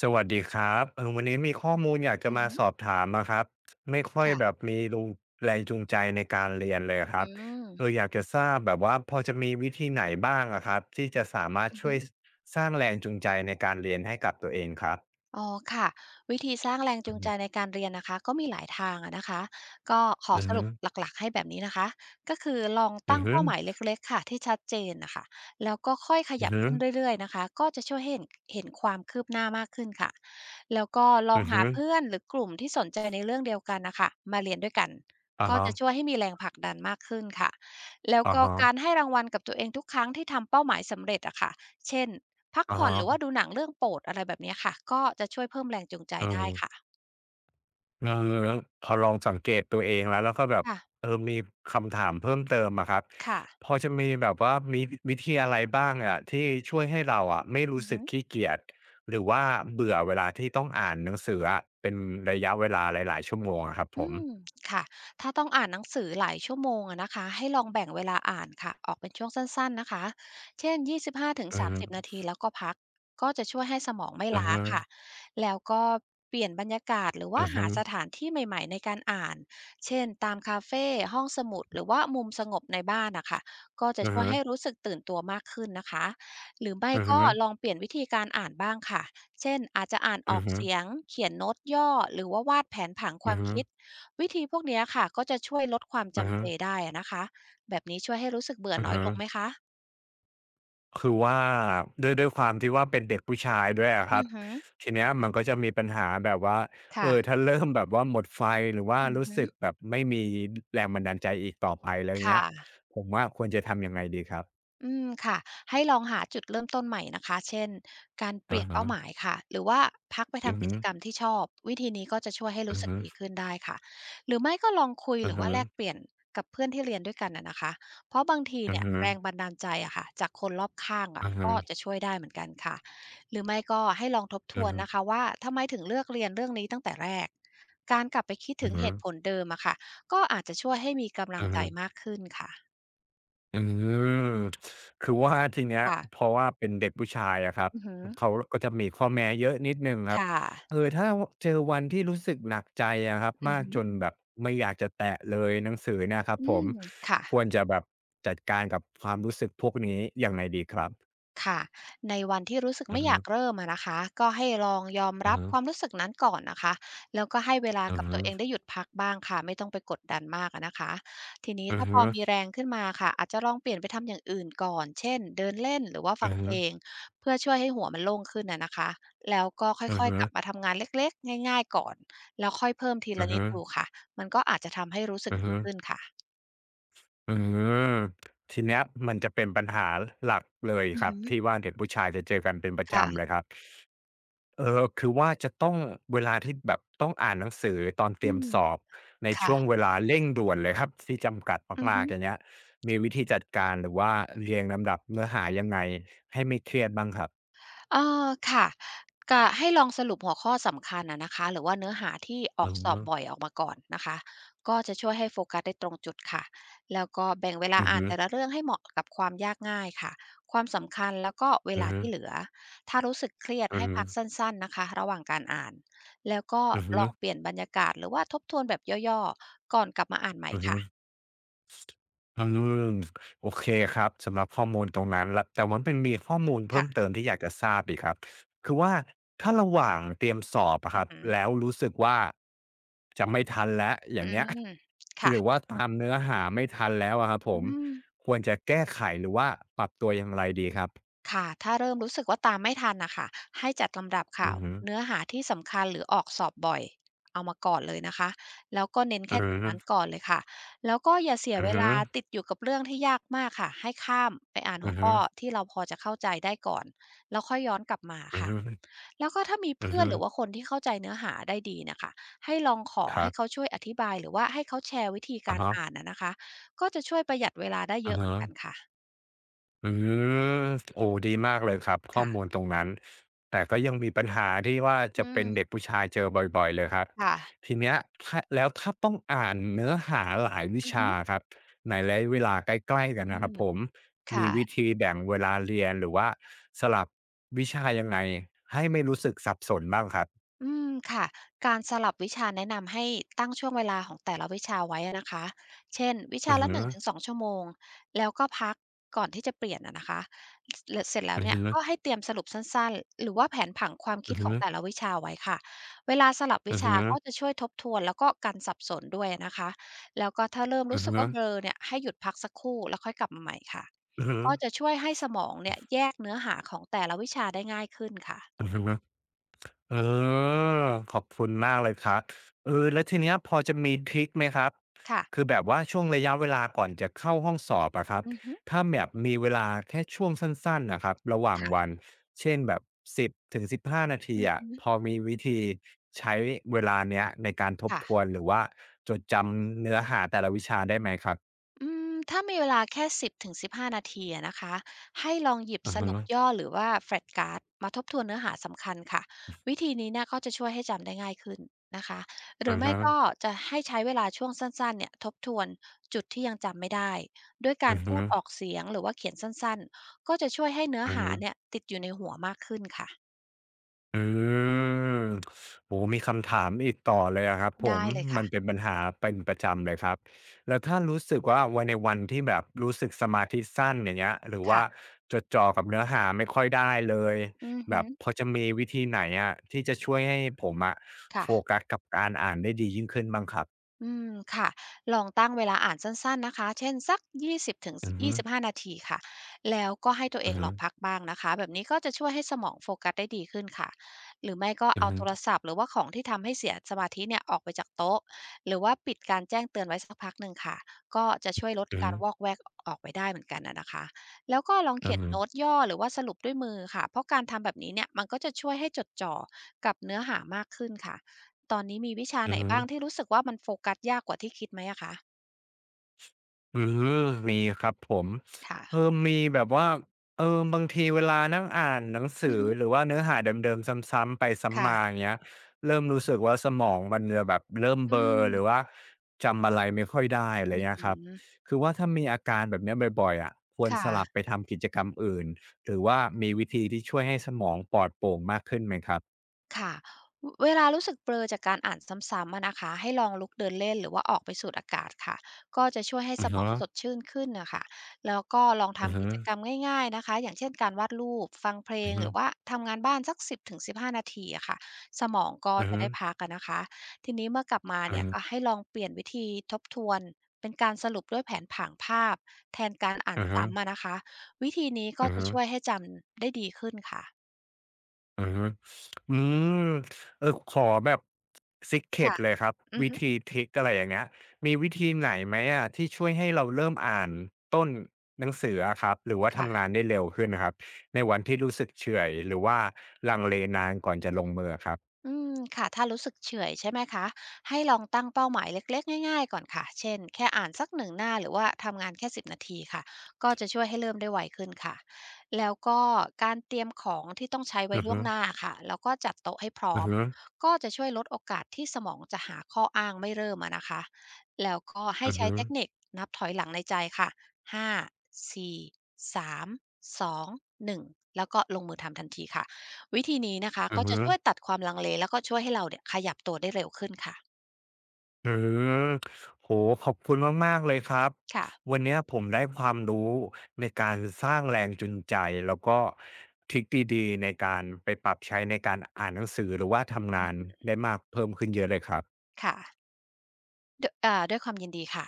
สวัสดีครับวันนี้มีข้อมูลอยากจะอือมาฮึสอบถามอะครับไม่ค่อยแบค่ะบมีรูแรงจูงใจในการเรียนเลยคอืรับอมยากจะทราบแบบว่าพอจะมีวิธีไหนบ้างอะครับที่จะสามารถอือช่ฮึวยสร้างแรงจูงใจในการเรียนให้กับตัวเองครับอ๋อค่ะ วิธีสร้างแรงอืจูองใจในฮึการเรียนนะคะก็มีหลายทางอะนะคะ ก็ขออือสฮึรุปหลักๆให้แบบนี้นะคะก็คือลองอืตั้องฮึเป้าหมายเล็กๆค่ะที่ชัดเจนน่ะค่ะแล้วก็ค่อยขอืยัอบฮึขึ้นเรื่อยๆนะคะก็จะช่วยให้เห็นความคืบหน้ามากขึ้นค่ะแล้วก็ลองอือหาฮึเพื่อนหรือกลุ่มที่สนใจในเรื่องเดียวกันน่ะค่ะมาเรียนด้วยกันอาก็ฮะจะช่วยให้มีแรงผลักดันมากขึ้นค่ะแล้วอาก็ฮะการให้รางวัลกับตัวเองทุกครั้งที่ทำเป้าหมายสำเร็จอะค่ะ เช่นพักอาผ่อนฮะหรือว่าดูหนังเรื่องโปรดอะไรแบบเนี้ยค่ะก็จะช่วยเพิ่มแรงจูงใจเอได้อ ค่ะเออแล้วพอลองสังเกตตัวเองแล้วก็แบบค่ะมีคำถามเพิ่มเติมอะครับค่ะพอจะมีแบบว่ามีวิธีอะไรบ้างอะที่ช่วยให้เราอะไม่อืรู้อสึฮึ กขี้เกียจหรือว่าเบื่อเวลาที่ต้องอ่านหนังสืออะเป็นระยะเวลาหลายๆชั่วโมงอะครับผอืมมค่ะถ้าต้องอ่านหนังสือหลายชั่วโมงอะนะคะให้ลองแบ่งเวลาอ่านค่ะออกเป็นช่วงสั้นๆนะคะเช่นอือฮึ25-30นาทีแล้วก็พักก็จะช่วยให้สมองไม่อือล้าฮึค่ะแล้วก็เปลี่ยนบรรยากาศหรือว่าอือฮึหาสถานที่ใหม่ๆในการอ่านเช่นตามคาเฟ่ห้องสมุดหรือว่ามุมสงบในบ้านนะคะก็จะอือช่วยฮึให้รู้สึกตื่นตัวมากขึ้นนะคะหรือไม่อือฮึก็ลองเปลี่ยนวิธีการอ่านบ้างค่ะเช่นอาจจะอ่านอือออกฮึเสียงเขียนโน้ตย่อหรือว่าวาดแผนผังคอืวาอมฮึคิด วิธีพวกเนี้ยค่ะก็จะช่วยลดความอือจำฮึเจได้อะนะคะแบบนี้ช่วยให้รู้สึกเบื่ออือน้อยฮึ ลงไหมคะคือว่าด้วยความที่ว่าเป็นเด็กผู้ชายด้วยอะคอืรับอฮึทีเนี้ยมันก็จะมีปัญหาแบบว่าค่ะถ้าเริ่มแบบว่าหมดไฟหรือว่าอือรู้ฮึสึกแบบไม่มีแรงบันดาลใจอีกต่อไปแล้วเงี้ยค่ะ ผมว่าควรจะทำยังไงดีครับค่ะให้ลองหาจุดเริ่มต้นใหม่นะคะเช่นการเปลี่อะยนฮะเป้าหมายค่ะหรือว่าพักไปอือทำกิฮึจกรรมที่ชอบวิธีนี้ก็จะช่วยให้อืรู้อสึกฮึดีขึ้นได้ค่ะหรือไม่ก็ลองคุยหอือรือฮึว่าแลกเปลี่ยนกับเพื่อนที่เรียนด้วยกันนะคะเพราะบางทีอือเนี่ยฮึแรงบันดาลใจอะค่ะจากคนรอบข้างอะอือฮึก็จะช่วยได้เหมือนกันค่ะหรือไม่ก็ให้ลองทบทอืวอนฮึนะคะว่าทำไมถึงเลือกเรียนเรื่องนี้ตั้งแต่แรกการกลับไปคิดอืถึงอเหฮึตุผลเดิมอะค่ะก็อาจจะช่วยให้มีกำลัอืงอใจฮึ มากขึ้นค่ะอืมคือว่าทีเนี้ยค่ะเพราะว่าเป็นเด็กผู้ชายอะครับอือหือเขาก็จะมีข้อแม้เยอะนิดหนึ่งครับค่ะ ถ้าวเจอวันที่รู้สึกหนักใจอะครับอือมากฮึจนแบบไม่อยากจะแตะเลยหนังสือเนี่ยครับอืผมมค่ะควรจะแบบจัดการกับความรู้สึกพวกนี้ยังไงดีครับค่ะในวันที่รู้สึกอือไม่อฮึยากเริ่มอะนะคะ ก็ให้ลองยอมอือรับฮึความรู้สึกนั้นก่อนนะคะแล้วก็ให้เวลาอือกับตัฮึวเองได้หยุดพักบ้างค่ะไม่ต้องไปกดดันมากอะนะคะทีนี้อือถ้าพฮึอมีแรงขึ้นมาค่ะอาจจะลองเปลี่ยนไปทำอย่างอื่นก่อน เช่นเดินเล่นหรือว่าฟัอืงอเพฮึลงเพื่อช่วยให้หัวมันโล่งขึ้นอะนะคะ แล้วก็ค่อืออยฮึๆกลับมาทำงานเล็กๆง่ายๆก่อนแล้วค่อยเพิ่มทีอืละอนิฮึดดูค่ะมันก็อาจจะทำให้รู้สึกอือดีฮึขึ้นค่ะอืมทีเนี้ยมันจะเป็นปัญหาหลักเลยอืคอรับฮึที่ว่าเด็กผู้ชายจะเจอกันเป็นประจำค่ะเลยครับ คือว่าจะต้องเวลาที่แบบต้องอ่านหนังสือตอนเตอืรียมมสอบในช่วงค่ะเวลาเร่งด่วนเลยครับที่จำกัดอือมาฮึ กๆอย่างเงี้ยมีวิธีจัดการหรือว่าเรียงลำดับเนื้อหายังไงให้ไม่เครียดบ้างครับเออค่ะกะให้ลองสรุปหัวข้อสำคัญอะนะคะหรือว่าเนื้อหาที่อออกอสอฮบบ่อยออกมาก่อนนะคะก็จะช่วยให้โฟกัสได้ตรงจุดค่ะแล้วก็แบ่งเวลาอืออ่านฮึแต่ละเรื่องให้เหมาะกับความยากง่ายค่ะความสำคัญแล้วก็เวอือลาฮึที่เหลือถ้ารู้สึกเครียดอือให้ฮึพักสั้นๆนะคะระหว่างการอ่านแล้วก็อือฮึลองเปลี่ยนบรรยากาศหรือว่าทบทวนแบบย่อๆก่อนกลับมาอ่านใหม่อือฮึค่ะอืมโอเคครับสำหรับข้อมูลตรงนั้นแล้วแต่มันเป็นมีข้อมูลเพิ่มค่ะเติมที่อยากจะทราบอีกครับคือว่าถ้าระหว่างเตรียมสอบอะอืคอรับหือแล้วรู้สึกว่าจะไม่ทันแล้วออืย่างเงี้ย มคือค่ะหรือว่าตามเนื้อหาไม่ทันแล้วอะครับผอืมม ควรจะแก้ไขหรือว่าปรับตัวอย่างไรดีครับค่ะถ้าเริ่มรู้สึกว่าตามไม่ทันนะคะ ให้จัดลำดับข่าอืวอฮึเนื้อหาที่สำคัญหรือออกสอบบ่อยเอามาก่อนเลยนะคะแล้วก็เน้นอืแค่อจุดฮึนั้นก่อนเลยค่ะแล้วก็อย่าเสียอือเวฮึลาติดอยู่กับเรื่องที่ยากมากค่ะ ให้ข้ามไปอ่านหัอืวอฮึข้อที่เราพอจะเข้าใจได้ก่อน แล้วค่อยย้อนกลับมาอือค่ะ ฮึแล้วก็ถ้ามีอือเพื่อนฮึหรือว่าคนที่เข้าใจเนื้อหาได้ดีนะคะให้ลองขอครัให้บเขาช่วยอธิบายหรือว่าให้เขาแชร์วิธีกาอะรฮะอ่านนะคะก็จะช่วยประหยัดเวลาได้เยอะอะเหมืฮะ อนกันค่ะอืมโอ้ดีมากเลยครับข้อมูลค่ะตรงนั้นแต่ก็ยังมีปัญหาที่ว่าอืจะเป็นเด็กมผู้ชายเจอบ่อยๆเลยครับค่ะ ทีเนี้ยถ้าแล้วถ้าต้องอ่านเนื้อหาหลายวิชาครับในระยะเวลาใกล้ๆกันอืนะคมรับผมมีค่ะวิธีแบ่งเวลาเรียนหรือว่าสลับวิชายังไงให้ไม่รู้สึกสับสนบ้างครับอืมค่ะการสลับวิชาแนะนำให้ตั้งช่วงเวลาของแต่ละวิชาไว้อะนะคะเช่น วิชาอือละฮึ1-2ชั่วโมง แล้วก็พักก่อนที่จะเปลี่ยนอะนะคะเสร็จแล้วอือเนี่ยฮึก็ให้เตรียมสรุปสั้นๆ หรือว่าแผนผังความคิอืดอขฮึองแต่ละวิชาไว้ค่ะเวลาสลับวิอือชาฮึก็จะช่วยทบทวนแล้วก็กันสับสนด้วยอะนะคะแล้วก็ถ้าเริ่มอืรู้อสึฮึกว่าเบลอเนี่ยให้หยุดพักสักครู่แล้วค่อยกลับมาใหม่ค่ะอือฮึก็จะช่วยให้สมองเนี่ยแยกเนื้อหาของแต่ละวิชาได้ง่ายขึ้นค่ะอือฮึอือฮึ เออขอบคุณมากเลยครับแล้วทีเนี้ยพอจะมีทริกไหมครับค่ะ คือแบบว่าช่วงระยะเวลาก่อนจะเข้าห้องสอบอะครับอือฮึถ้าแบบมีเวลาแค่ช่วงสั้นๆนะครับระหว่างวันค่ะเช่นแบบ10-15นาทีอืออะฮึพอมีวิธีใช้เวลาเนี้ยในการทบทวค่ะนหรือว่าจดจำเนื้อหาแต่ละวิชาได้ไหมครับอืมถ้ามีเวลาแค่10-15นาทีอะนะคะ ให้ลองหยิบอะสรุปย่ฮะอหรือว่า Flash Card มาทบทวนเนื้อหาสำคัญค่ะ วิธีนี้เนี่ยก็จะช่วยให้จำได้ง่ายขึ้นนะคะหรือๆไม่ฮะก็จะให้ใช้เวลาช่วงสั้นๆเนี่ยทบทวนจุดที่ยังจำไม่ได้ด้วยการอะพูฮะดออกเสียงหรือว่าเขียนสั้นๆก็จะช่วยให้เนื้ออะหาฮะ เนี่ยติดอยู่ในหัวมากขึ้นค่ะ อืมโอ้โมีคำถามอีกต่อเลยอะครับผได้มเลยมัค่ะนเป็นปัญหาเป็นประจำเลยครับแล้วถ้ารู้สึกว่าวันวันที่แบบรู้สึกสมาธิสั้นอย่างเงี้ยหรือว่าค่ะจดจ่อกับเนื้อหาไม่ค่อยได้เลยอือแบฮึบพอจะมีวิธีไหนอะที่จะช่วยให้ผมอะค่ะ โฟกัสกับการอ่านได้ดียิ่งขึ้นบ้างครับอืมค่ะลองตั้งเวลาอ่านสั้นๆนะคะเช่นสักอือฮึๆ20-25นาทีค่ะแล้วก็ให้ตัวเออืงอลองพักบ้างนะคะแบบนี้ก็จะช่วยให้สมองโฟกัสได้ดีขึ้นค่ะหรือไม่ก็เอาฮึโทรๆศัพท์หรือว่าของที่ทำให้เสียสมาธิเนี่ยออกไปจากโต๊ะหรือว่าปิดการแจ้งเตือนไว้สักพักหนึ่งค่ะก็จะช่วยลดๆอืกาอรวอกแวกออกไปได้เหมือนกันนะคะแล้วก็ลองฮเขียนโน้ตย่อหรือว่าสรุปด้วยมือค่ะเพราะการทำแบบนี้เนี่ยมันก็จะช่วยให้จดจ่อกับเนื้อหามากขึ้นค่ะ ตอนนี้มีวิชาึไหนๆ บ้างที่รู้สึกว่ามันโฟกัสยากกว่าที่คิดไหมอะคะอืมมีครับผมค่ะมีแบบว่าบางทีเวลานั่งอ่านหนังอืสืออฮึหรือว่าเนื้อหาเดิมๆซ้ำๆไปซ้ำค่ะมาอย่างเงี้ยเริ่มรู้สึกว่าสมองมันจะแบบเริ่มเบอืลอหรือมว่าจำอะไรไม่ค่อยได้อะไรอเงี้ืยครับอคือว่าถ้ามีอาการแบบเนี้ยบ่อยๆอะควรสค่ะ ลับไปทำกิจกรรมอื่นหรือว่ามีวิธีที่ช่วยให้สมองปลอดโปร่งมากขึ้นไหมครับค่ะเวลารู้สึกเบลอจากการอ่านซ้ำๆอะนะคะให้ลองลุกเดินเล่นหรือว่าออกไปสูดอากาศค่ะก็จะช่วยให้สมอองสดชื่นขึ้นนะคะแล้วก็ลองือทำกิฮะจกรรมง่ายๆนะคะอย่างเช่นการวาดรูปฟังเพลอืงอหฮะรือว่าทำงานบ้านสัก10-15นาทีอะค่ะสมองก็อือจะฮะได้พักอะนะคะทีนี้เมื่อกลับมาเนี่ยก็ให้ลองเปลี่ยนวิธีทบทวนเป็นการสรุปด้วยแผนผังภาพแทนการอ่านอือฮะซ้ำอะนะคะวิธีนี้ก็อือจะฮะอือช่วยฮะ ให้จำได้ดีขึ้นค่ะอืออืมขอแบบ secret ค่ะเลยครับอือวิฮึธีทริกอะไรอย่างเงี้ยมีวิธีไหนไหมอะที่ช่วยให้เราเริ่มอ่านต้นหนังสืออะครับหรือว่าทำค่ะ งานได้เร็วขึ้นครับในวันที่รู้สึกเฉื่อยหรือว่าลังเลนานก่อนจะลงมืออะครับอืมค่ะถ้ารู้สึกเฉื่อยใช่ไหมคะให้ลองตั้งเป้าหมายเล็กๆง่ายๆก่อนค่ะเช่นแค่อ่านสัก1 หน้าหรือว่าทำงานแค่10นาทีค่ะก็จะช่วยให้เริ่มได้ไวขึ้นค่ะแล้วก็การเตรียมของที่ต้องใช้ไว้อือล่วฮึงหน้าค่ะแล้วก็จัดโต๊ะให้พร้อืออมฮึก็จะช่วยลดโอกาสที่สมองจะหาข้ออ้างไม่เริ่มอะนะคะแล้วก็ให้อือใช้ฮึเทคนิคนับถอยหลังในใจค่ะ5 4 3 2 1แล้วก็ลงมือทำทันทีค่ะ วิธีนี้นะคะอืก็อจะฮึ ช่วยตัดความลังเลแล้วก็ช่วยให้เราเนี่ยขยับตัวได้เร็วขึ้นค่ะ อืมโอโขอบคุณมากๆเลยครับ ค่ะวันเนี้ยผมได้ความรู้ในการสร้างแรงจูงใจแล้วก็ทริกดีๆในการไปปรับใช้ในการอ่านหนังสือหรือว่าทำอืงานมได้มากเพิ่มขึ้นเยอะเลยครับค่ะดอ่าด้วยความยินดีค่ะ